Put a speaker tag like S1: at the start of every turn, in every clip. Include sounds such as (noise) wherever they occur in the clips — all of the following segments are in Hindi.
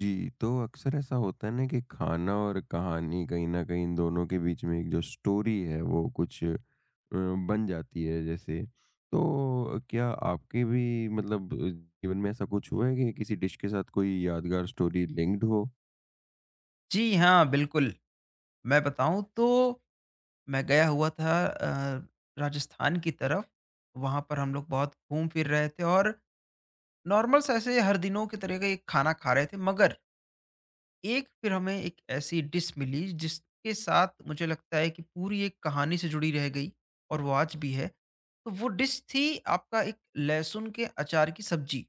S1: जी, तो अक्सर ऐसा होता है ना कि खाना और कहानी कहीं न कहीं इन दोनों के बीच में एक जो स्टोरी है वो कुछ बन जाती है जैसे। तो क्या आपके भी मतलब जीवन में ऐसा कुछ हुआ है कि किसी डिश के साथ कोई यादगार स्टोरी लिंक्ड हो?
S2: जी हाँ, बिल्कुल। मैं बताऊँ तो मैं गया हुआ था राजस्थान की तरफ। वहाँ पर हम लोग बहुत घूम-फिर रहे थे और नॉर्मल सा ऐसे हर दिनों की तरह का एक खाना खा रहे थे। मगर एक फिर हमें एक ऐसी डिश मिली जिसके साथ मुझे लगता है कि पूरी एक कहानी से जुड़ी रह गई और वो आज भी है। तो वो डिश थी आपका एक लहसुन के अचार की सब्ज़ी।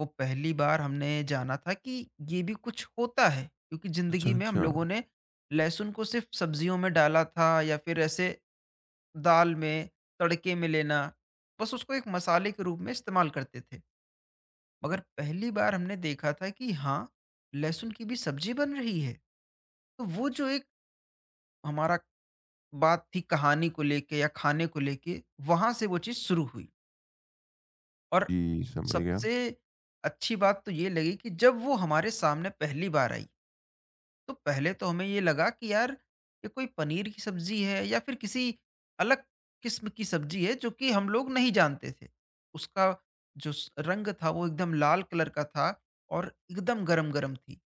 S2: वो पहली बार हमने जाना था कि ये भी कुछ होता है, क्योंकि
S1: अच्छा,
S2: ज़िंदगी में हम
S1: अच्छा।
S2: लोगों ने लहसुन को सिर्फ़ सब्ज़ियों में डाला था या फिर ऐसे दाल में, तड़के में लेना, बस उसको एक मसाले के रूप में इस्तेमाल करते थे। मगर पहली बार हमने देखा था कि हाँ, लहसुन की भी सब्ज़ी बन रही है। तो वो जो एक हमारा बात थी कहानी को लेके या खाने को लेके, वहाँ से वो चीज़ शुरू हुई। और
S1: जी, समझ गया।
S2: सबसे अच्छी बात तो ये लगी कि जब वो हमारे सामने पहली बार आई। तो पहले तो हमें ये लगा कि यार ये कोई पनीर की सब्जी है या फिर किसी अलग किस्म की सब्जी है जो कि हम लोग नहीं जानते थे। उसका जो रंग था वो एकदम लाल कलर का था और एकदम गरम गरम थी।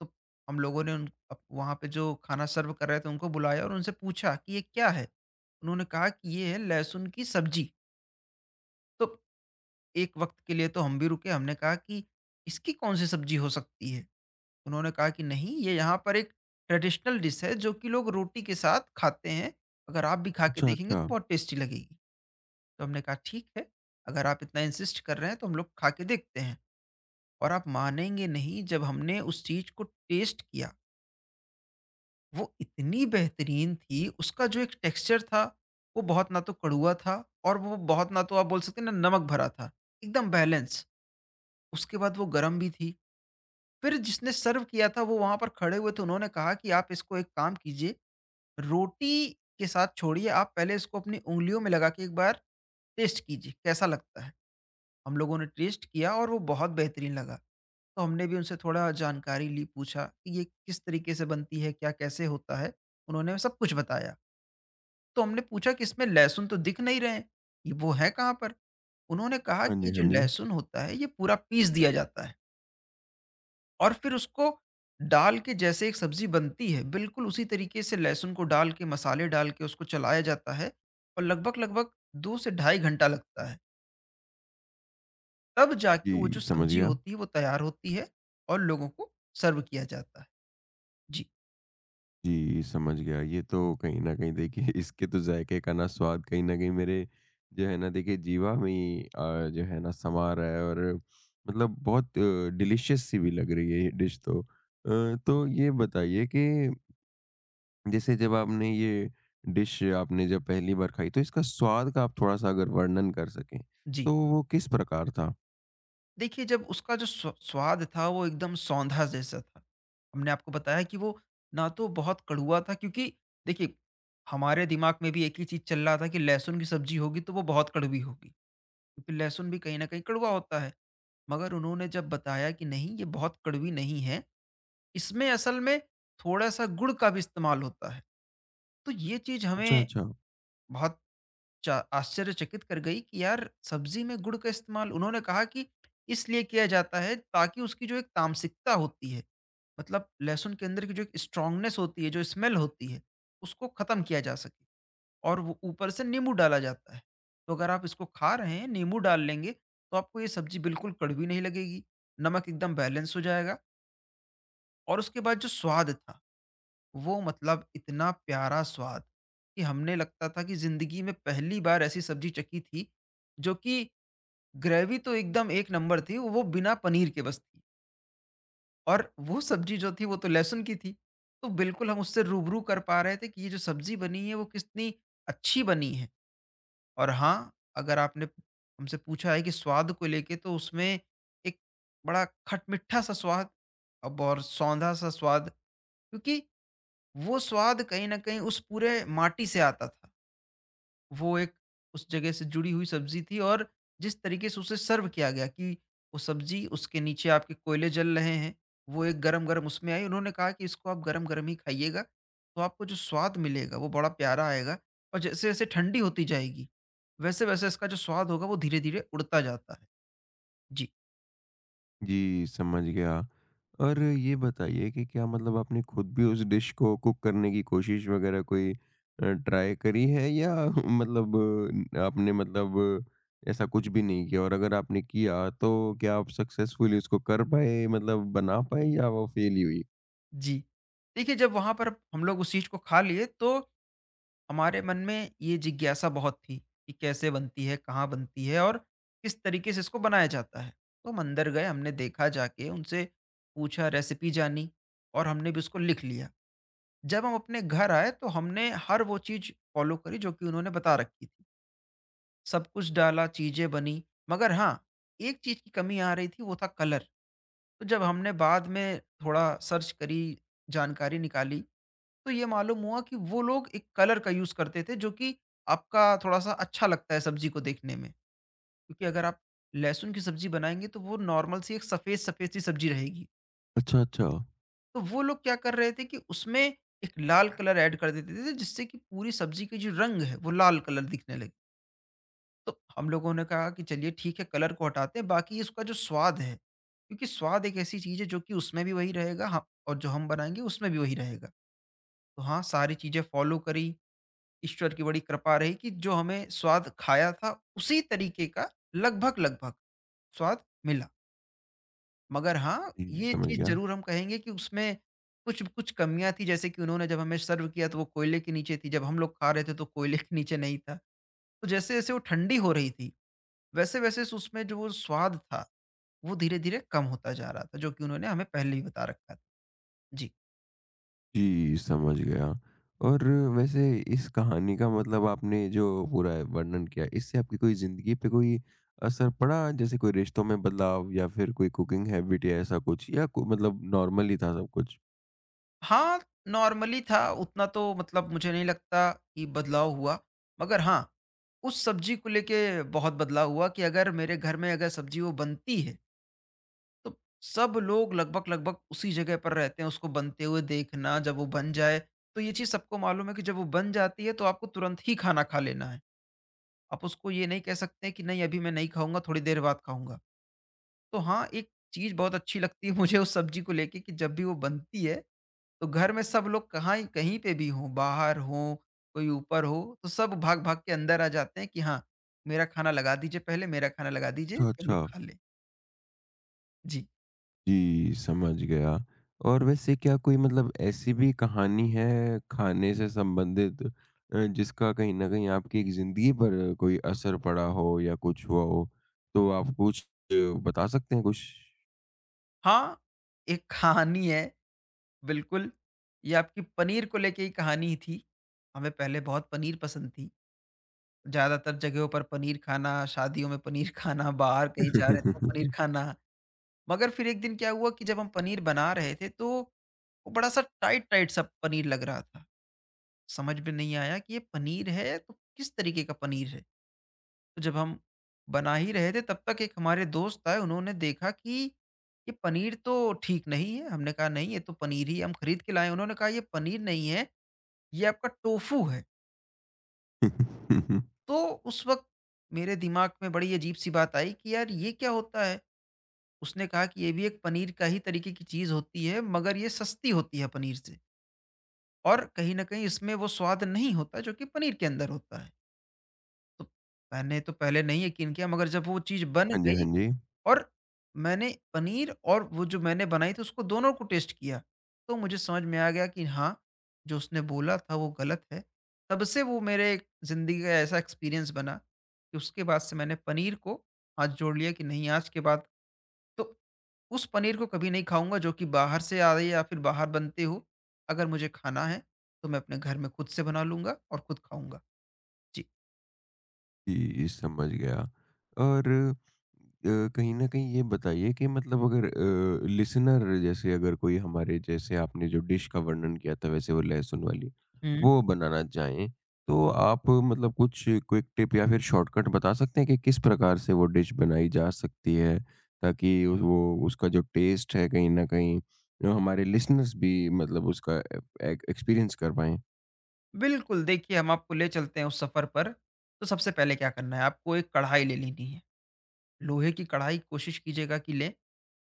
S2: तो हम लोगों ने उन वहाँ पे जो खाना सर्व कर रहे थे उनको बुलाया और उनसे पूछा कि ये क्या है। उन्होंने कहा कि ये है लहसुन की सब्जी। तो एक वक्त के लिए तो हम भी रुके, हमने कहा कि इसकी कौन सी सब्जी हो सकती है। उन्होंने कहा कि नहीं ये यहाँ पर एक ट्रेडिशनल डिश है जो कि लोग रोटी के साथ खाते हैं। अगर आप भी खा के
S1: अच्छा,
S2: देखेंगे तो
S1: अच्छा।
S2: बहुत टेस्टी लगेगी। तो हमने कहा ठीक है, अगर आप इतना इंसिस्ट कर रहे हैं तो हम लोग खा के देखते हैं। और आप मानेंगे नहीं, जब हमने उस चीज़ को टेस्ट किया, वो इतनी बेहतरीन थी। उसका जो एक टेक्सचर था वो बहुत ना तो कड़वा था और वो बहुत ना तो आप बोल सकते हैं ना नमक भरा था, एकदम बैलेंस। उसके बाद वो गरम भी थी। फिर जिसने सर्व किया था वो वहाँ पर खड़े हुए थे, उन्होंने कहा कि आप इसको एक काम कीजिए, रोटी के साथ छोड़िए, आप पहले इसको अपनी उँगलियों में लगा के एक बार टेस्ट कीजिए कैसा लगता है। हम लोगों ने टेस्ट किया और वो बहुत बेहतरीन लगा। तो हमने भी उनसे थोड़ा जानकारी ली, पूछा कि ये किस तरीके से बनती है, क्या कैसे होता है? उन्होंने सब कुछ बताया। तो हमने पूछा कि इसमें लहसुन तो दिख नहीं रहे हैं, ये वो है कहाँ पर? उन्होंने कहा
S1: हाँ
S2: कि
S1: जी,
S2: ये जो
S1: हाँ जी।
S2: लहसुन होता है ये पूरा पीस दिया जाता है। और फिर उसको डाल के जैसे एक सब्ज़ी बनती है, बिल्कुल उसी तरीके से लहसुन को डाल के, मसाले डाल के उसको चलाया जाता है और लगभग-लगभग 2 से ढाई घंटा लगता है। तब जाके वो
S1: जी,
S2: जो
S1: समझ
S2: सब्ज़ी
S1: गया।
S2: होती है, वो तैयार होती है और लोगों को सर्व किया जाता है। जी,
S1: जी, समझ गया। ये तो कहीं न कहीं देखिए (laughs) इसके तो ज़ायके का ना स्वाद कहीं न कहीं मेरे जो है ना देखिए जीवा में ही जो है ना समा रहा है और मतलब बहुत डिलीशियस सी भी लग रही है ये डिश तो। तो ये बताइए कि जैसे जब आपने ये डिश आपने जब पहली बार खाई तो इसका स्वाद का आप थोड़ा-सा अगर वर्णन कर सकें,
S2: जी।
S1: तो वो किस प्रकार था?
S2: देखिए, जब उसका जो स्वाद था, वो एकदम सौंधा जैसा था। हमने आपको बताया कि वो ना तो बहुत कड़वा था, क्योंकि देखिए, हमारे दिमाग में भी एक ही चीज़ चल रहा था कि लहसुन की सब्ज़ी होगी, तो वो बहुत कड़वी होगी। क्योंकि लहसुन भी कहीं न कहीं कड़वा होता है। मगर उन्होंने जब बताया कि नहीं ये बहुत कड़वी नहीं है, इसमें असल में थोड़ा-सा गुड़ का भी इस्तेमाल होता है। तो ये चीज़
S1: अच्छा,
S2: हमें
S1: अच्छा।
S2: बहुत चा आश्चर्यचकित कर गई कि यार सब्ज़ी में गुड़ का इस्तेमाल। उन्होंने कहा कि इसलिए किया जाता है ताकि उसकी जो एक तामसिकता होती है, मतलब लहसुन के अंदर की जो एक स्ट्रॉन्गनेस होती है, जो स्मेल होती है, उसको ख़त्म किया जा सके। और वो ऊपर से नींबू डाला जाता है। तो अगर आप इसको खा रहे हैं, नींबू डाल लेंगे, तो आपको ये सब्ज़ी बिल्कुल कड़वी नहीं लगेगी, नमक एकदम बैलेंस हो जाएगा और उसके बाद जो स्वाद था, वो मतलब इतना प्यारा स्वाद कि हमने लगता था कि ज़िंदगी में पहली बार ऐसी सब्ज़ी चखी थी, जो कि ग्रेवी तो एकदम एक नंबर थी, वो बिना पनीर के बस थी और वो सब्ज़ी जो थी, वो तो लहसुन की थी। तो बिल्कुल हम उससे रूबरू कर पा रहे थे कि ये जो सब्ज़ी बनी है, वो कितनी अच्छी बनी है। और हाँ, अगर आपने हमसे पूछा है कि स्वाद को लेके, तो उसमें एक बड़ा खटमिठा-सा स्वाद अब और सौंधा-सा स्वाद, क्योंकि वो स्वाद कहीं न कहीं उस पूरे माटी से आता था। वो एक उस जगह से जुड़ी हुई सब्जी थी और जिस तरीके से उसे सर्व किया गया कि वो सब्जी उसके नीचे आपके कोयले जल रहे हैं, वो एक गरम-गरम उसमें आई। उन्होंने कहा कि इसको आप गरम-गरम ही खाइएगा, तो आपको जो स्वाद मिलेगा वो बड़ा प्यारा आएगा और जैसे-जैसे ठंडी होती जाएगी, वैसे-वैसे इसका जो स्वाद होगा वो धीरे-धीरे उड़ता जाता है। जी।
S1: जी, समझ गया। और ये बताइए कि क्या मतलब आपने खुद भी उस डिश को कुक करने की कोशिश वगैरह कोई ट्राई करी है या (laughs) मतलब आपने मतलब ऐसा कुछ भी नहीं किया और अगर आपने किया तो क्या आप सक्सेसफुली उसको कर पाए मतलब बना पाए या वो फेल ही हुई?
S2: जी। देखिए, जब वहाँ पर हम लोग उस चीज़ को खा लिए, तो हमारे मन में ये जिज्ञासा बहुत थी कि कैसे बनती है, कहाँ बनती है और किस तरीके से इसको बनाया जाता है। तो हम अंदर गए, हमने देखा जाके, उनसे पूछा, रेसिपी जानी और हमने भी उसको लिख लिया। जब हम अपने घर आए तो हमने हर वो चीज़ फ़ॉलो करी जो कि उन्होंने बता रखी थी। सब कुछ डाला, चीज़ें बनी, मगर हाँ, एक चीज़ की कमी आ रही थी, वो था कलर। तो जब हमने बाद में थोड़ा सर्च करी, जानकारी निकाली, तो ये मालूम हुआ कि वो लोग एक कलर का यूज़ करते थे जो कि आपका थोड़ा-सा अच्छा लगता है सब्ज़ी को देखने में। क्योंकि अगर आप लहसुन की सब्ज़ी बनाएँगे तो वो नॉर्मल सी एक सफ़ेद-सफ़ेद सी सब्ज़ी रहेगी।
S1: अच्छा, अच्छा।
S2: तो वो लोग क्या कर रहे थे कि उसमें एक लाल कलर ऐड कर देते थे जिससे कि पूरी सब्ज़ी की जो रंग है वो लाल कलर दिखने लगे। तो हम लोगों ने कहा कि चलिए ठीक है, कलर को हटाते हैं, बाकी इसका जो स्वाद है, क्योंकि स्वाद एक ऐसी चीज़ है जो कि उसमें भी वही रहेगा हाँ, और जो हम बनाएँगे उसमें भी वही रहेगा। तो हाँ, सारी चीज़ें फ़ॉलो करी। ईश्वर की बड़ी कृपा रही कि जो हमें स्वाद खाया था, उसी तरीके का लगभग-लगभग स्वाद मिला। मगर हाँ,
S1: जी,
S2: ये
S1: समझ
S2: चीज़
S1: गया।
S2: ज़रूर हम कहेंगे कि उसमें कुछ कुछ कमियाँ थी, जैसे कि उन्होंने जब हमें सर्व किया तो वो कोयले के नीचे थी, जब हम लोग खा रहे थे तो कोयले के नीचे नहीं था। तो जैसे-जैसे वो ठंडी हो रही थी, वैसे-वैसे उसमें जो वो स्वाद था, वो धीरे-धीरे कम होता जा रहा था, जो कि उन्होंने हमें पहले ही बता रखा था। जी।
S1: जी, समझ गया। और वैसे इस कहानी का मतलब आपने जो पूरा वर्णन किया, इससे आपकी कोई ज़िंदगी पे कोई असर पड़ा? जैसे कोई रिश्तों में बदलाव या फिर कोई कुकिंग हैबिट या ऐसा कुछ या को मतलब नॉर्मल ही था सब कुछ?
S2: हाँ, नॉर्मली था, उतना तो मतलब मुझे नहीं लगता कि बदलाव हुआ। मगर हाँ, उस सब्जी को लेके बहुत बदलाव हुआ कि अगर मेरे घर में अगर सब्जी वो बनती है, तो सब लोग लगभग-लगभग उसी जगह पर रहते हैं, उसको बनते हुए देखना, जब वो बन जाए तो ये चीज़ सबको मालूम है कि जब वो बन जाती है, तो आपको तुरंत ही खाना खा लेना है। आप उसको ये नहीं कह सकते कि नहीं अभी मैं नहीं खाऊँगा, थोड़ी देर बाद खाऊँगा। तो हाँ, एक चीज़ बहुत अच्छी लगती है (laughs) मुझे उस सब्जी को लेके कि जब भी वो बनती है, तो घर में सब लोग कहाँ ही कहीं पे भी हों, बाहर हों, कोई ऊपर हो, तो सब भाग-भाग के अंदर आ जाते हैं कि हाँ, मेरा खाना लगा दीजिए पहले, मेरा खाना लगा दीजिए
S1: अच्छा,
S2: कि हम लोग
S1: अच्छा।
S2: खा लें। जी।
S1: जी, समझ गया। और वैसे क्या कोई मतलब ऐसी भी कहानी है खाने से संबंधित जिसका कहीं न कहीं आपकी एक ज़िंदगी पर कोई असर पड़ा हो या कुछ हुआ हो? तो आप कुछ अ, बता सकते हैं कुछ?
S2: हाँ, एक कहानी है बिल्कुल, ये आपकी पनीर को लेके ही कहानी थी। हमें पहले बहुत पनीर पसंद थी। ज़्यादातर जगहों पर पनीर खाना, शादियों में पनीर खाना, बाहर
S1: (laughs)
S2: कहीं जा रहे हैं तो
S1: हाँ
S2: पनीर खाना। मगर फिर एक दिन क्या हुआ कि जब हम पनीर बना रहे थे तो, वो बड़ा-सा टाइट-टाइट सा पनीर लग रहा था। समझ में नहीं आया कि ये पनीर है तो किस तरीके का पनीर है? तो जब हम बना ही रहे थे तब तक एक हमारे दोस्त आए, उन्होंने देखा कि ये पनीर तो ठीक नहीं है। हमने कहा नहीं ये तो पनीर ही है, हम खरीद के लाए हैं। उन्होंने कहा ये पनीर नहीं है, ये आपका टोफू है। तो उस वक़्त मेरे दिमाग में बड़ी अजीब-सी बात आई कि यार ये क्या होता है? उसने कहा कि ये भी एक पनीर का ही तरीके की चीज़ होती है मगर ये सस्ती होती है पनीर से और कहीं न कहीं इसमें वो स्वाद नहीं होता जो कि पनीर के अंदर होता है। तो मैंने तो पहले नहीं यकीन किया मगर जब वो चीज़ बन
S1: जी,
S2: गई
S1: हाँ जी।
S2: और मैंने पनीर और वो जो मैंने बनाई थी उसको दोनों को टेस्ट किया, तो मुझे समझ में आ गया कि हाँ, जो उसने बोला था वो गलत है। तब से वो मेरे एक ज़िंदगी का ऐसा एक्सपीरियंस बना कि उसके बाद से मैंने पनीर को हाथ जोड़ लिया कि नहीं, आज के बाद तो उस पनीर को कभी नहीं खाऊँगा जो कि बाहर से आ रही है या फिर बाहर बनते हो। अगर मुझे खाना है, तो मैं अपने घर में खुद से बना लूँगा और खुद खाऊँगा। जी।
S1: जी, समझ गया। और कहीं न कहीं ये बताइए कि मतलब अगर लिसनर जैसे अगर कोई हमारे जैसे आपने जो डिश का वर्णन किया था वैसे वो लहसुन वाली,
S2: हम्म
S1: वो बनाना चाहें, तो आप मतलब कुछ क्विक टिप या फिर शॉर्टकट बता सकते हैं कि किस प्रकार से वो डिश बनाई जा सकती है? ताकि वो उसका जो टेस्ट है कहीं न कहीं हमारे लिसनर्स भी मतलब उसका ए एक एक्सपीरियंस कर पाएँ।
S2: बिल्कुल, देखिए हम आपको ले चलते हैं उस सफ़र पर, तो सबसे पहले क्या करना है आपको एक कढ़ाई ले लेनी है। लोहे की कढ़ाई कोशिश कीजिएगा कि लें,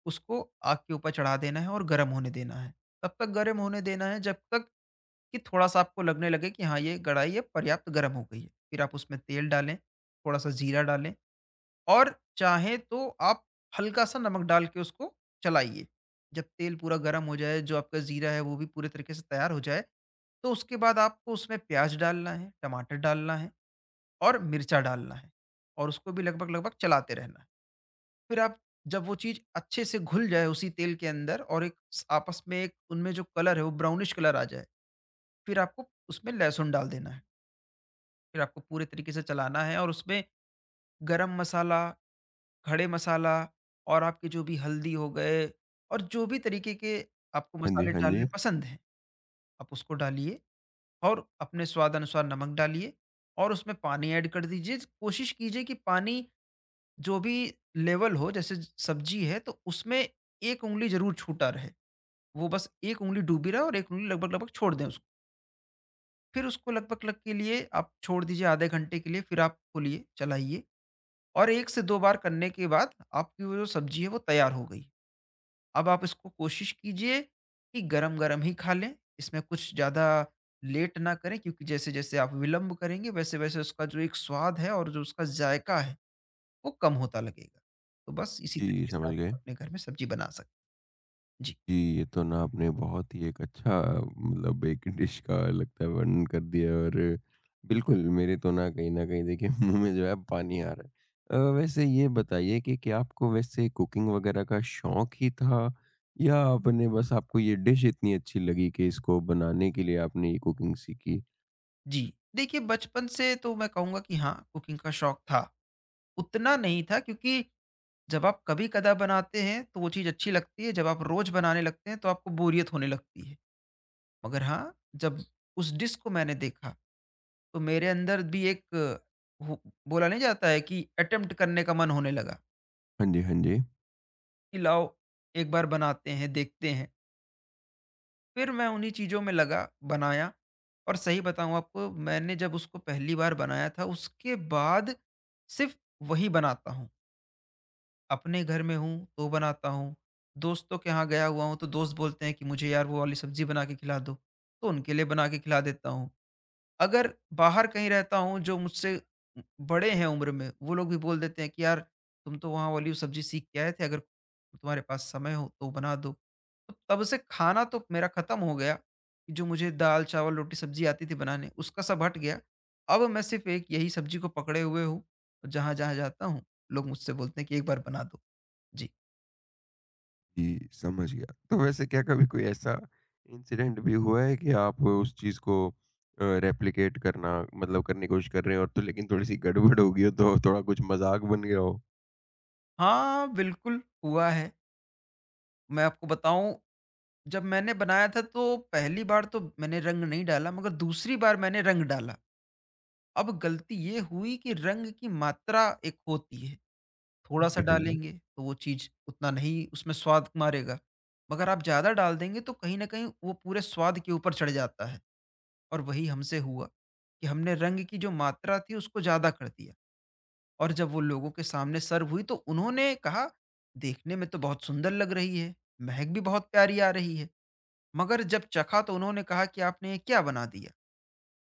S2: उसको आग के ऊपर चढ़ा देना है और गर्म होने देना है। तब तक गर्म होने देना है जब तक कि थोड़ा-सा आपको लगने लगे कि हाँ, ये कढ़ाई है पर्याप्त गर्म हो गई है। फिर आप उसमें तेल डालें, थोड़ा-सा जीरा डालें और चाहे तो आप हल्का-सा नमक डाल के उसको चलाइए। जब तेल पूरा गरम हो जाए, जो आपका जीरा है वो भी पूरे तरीके से तैयार हो जाए, तो उसके बाद आपको उसमें प्याज़ डालना है, टमाटर डालना है और मिर्चा डालना है और उसको भी लगभग-लगभग चलाते रहना है। फिर आप जब वो चीज़ अच्छे से घुल जाए उसी तेल के अंदर और एक स आपस में एक उनमें जो कलर है वो ब्राउनिश कलर आ जाए, फिर आपको उसमें लहसुन डाल देना है। फिर आपको पूरे तरीके से चलाना है और उसमें गरम मसाला, खड़े मसाला और आपके जो भी हल्दी हो गए और जो भी तरीके के आपको
S1: हाँ जी,
S2: मसाले
S1: हाँ
S2: डालने
S1: जी।
S2: पसंद हैं, आप उसको डालिए और अपने स्वाद अनुसार नमक डालिए और उसमें पानी ऐड कर दीजिए। कोशिश कीजिए कि पानी जो भी लेवल हो, जैसे सब्जी है तो उसमें 1 उँगली ज़रूर छूटा रहे। वो बस 1 उँगली डूबी रहे और 1 उँगली लगभग-लगभग छोड़ दें उसको। फिर उसको लगभग-लग के लिए आप छोड़ दीजिए, आधे घंटे के लिए, फिर आप खोलिए, चलाइए और 1 से 2 बार करने के बाद आपकी वो जो सब्जी है वो तैयार हो गई। अब आप इसको कोशिश कीजिए कि गरम-गरम ही खा लें, इसमें कुछ ज़्यादा लेट ना करें, क्योंकि जैसे-जैसे आप विलंब करेंगे, वैसे-वैसे उसका जो एक स्वाद है और जो उसका जायका है, वो कम होता लगेगा। तो बस इसी
S1: जी,
S2: तरीके से
S1: समझ
S2: आप
S1: गए।
S2: अपने घर में सब्ज़ी बना सक जी,
S1: जी, ये तो ना आपने बहुत ही एक अच्छा मतलब एक डिश का लगता है वर्णन कर दिया और बिल्कुल मेरे तो ना कहीं न कहीं देखिए (laughs) मुँह में जो है पानी आ रहा है। वैसे ये बताइए कि क्या आपको वैसे कुकिंग वग़ैरह का शौक ही था या आपने बस आपको ये डिश इतनी अच्छी लगी कि इसको बनाने के लिए आपने ये कुकिंग सीखी?
S2: जी। देखिए बचपन से तो मैं कहूँगा कि हाँ, कुकिंग का शौक था। उतना नहीं था, क्योंकि जब आप कभी-कदा बनाते हैं, तो वो चीज़ अच्छी लगती है, जब आप रोज़ बनाने लगते हैं, तो आपको बोरियत होने लगती है। मगर हाँ, जब उस डिश को मैंने देखा, तो मेरे अंदर भी एक अ, हो बोला नहीं जाता है कि अटेम्प्ट करने का मन होने लगा,
S1: हाँ जी, हाँ जी।
S2: कि लाओ एक बार बनाते हैं, देखते हैं। फिर मैं उन्हीं चीज़ों में लगा, बनाया और सही बताऊँ आपको, मैंने जब उसको पहली बार बनाया था, उसके बाद सिर्फ़ वही बनाता हूँ। अपने घर में हूँ, तो बनाता हूँ, दोस्तों के यहाँ गया हुआ हूँ, तो दोस्त बोलते हैं कि मुझे यार वो वाली सब्ज़ी बना के खिला दो, तो उनके लिए बना के खिला देता हूँ। अगर बाहर कहीं रहता हूँ, जो मुझसे बड़े हैं उम्र में, वो लोग भी बोल देते हैं कि यार तुम तो वहाँ वाली सब्ज़ी सीख के आए थे, अगर तुम्हारे पास समय हो तो बना दो। तो तब से खाना तो मेरा ख़त्म हो गया, जो मुझे दाल, चावल, रोटी, सब्ज़ी आती थी बनाने, उसका सब हट गया। अब मैं सिर्फ़ एक यही सब्ज़ी को पकड़े हुए हूँ, जहाँ-जहाँ जाता हूँ लोग मुझसे बोलते हैं कि एक बार बना दो। जी।
S1: जी, समझ गया। तो वैसे क्या कभी कोई ऐसा इंसिडेंट भी हुआ है कि आप उस चीज़ को रेप्लिकेट करना मतलब करने की कोशिश कर रहे हो और तो लेकिन थोड़ी-सी गड़बड़ हो गई हो तो थोड़ा कुछ मज़ाक बन गया हो?
S2: हाँ, बिल्कुल हुआ है। मैं आपको बताऊँ, जब मैंने बनाया था तो पहली बार तो मैंने रंग नहीं डाला, मगर दूसरी बार मैंने रंग डाला। अब गलती ये हुई कि रंग की मात्रा एक होती है,
S1: हाँ
S2: थोड़ा-सा
S1: जी, हाँ जी।
S2: डालेंगे तो वो चीज़ उतना नहीं उसमें स्वाद मारेगा। मगर आप ज़्यादा डाल देंगे तो कहीं न कहीं वो पूरे स्वाद के ऊपर चढ़ जाता है और वही हमसे हुआ कि हमने रंग की जो मात्रा थी उसको ज़्यादा कर दिया और जब वो लोगों के सामने सर्व हुई तो उन्होंने कहा, "देखने में तो बहुत सुंदर लग रही है, महक भी बहुत प्यारी आ रही है।" मगर जब चखा तो उन्होंने कहा कि आपने ये क्या बना दिया?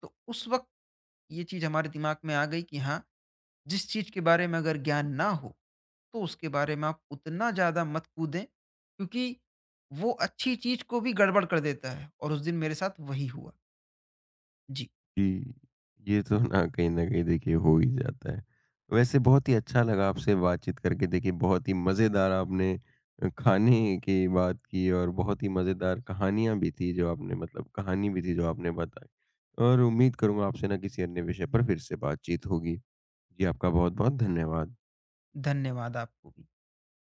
S2: तो उस वक़्त ये चीज़ हमारे दिमाग में आ गई कि हाँ, जिस चीज़ के बारे में अगर ज्ञान ना हो, तो उसके बारे में आप उतना ज़्यादा मत कूदें, क्योंकि वो अच्छी चीज़ को भी गड़बड़ कर देता है और उस दिन मेरे साथ वही हुआ। जी।
S1: जी, ये तो ना कहीं न कहीं देखिए हो ही जाता है। वैसे बहुत ही अच्छा लगा आपसे बातचीत करके देखिए बहुत ही मज़ेदार आपने खाने की बात की और बहुत ही मज़ेदार कहानियाँ भी थी जो आपने मतलब कहानी भी थी जो आपने बताई। और उम्मीद करूँगा आपसे ना किसी अन्य विषय पर फिर से बातचीत होगी। जी, आपका बहुत-बहुत धन्यवाद।
S2: धन्यवाद आपको भी।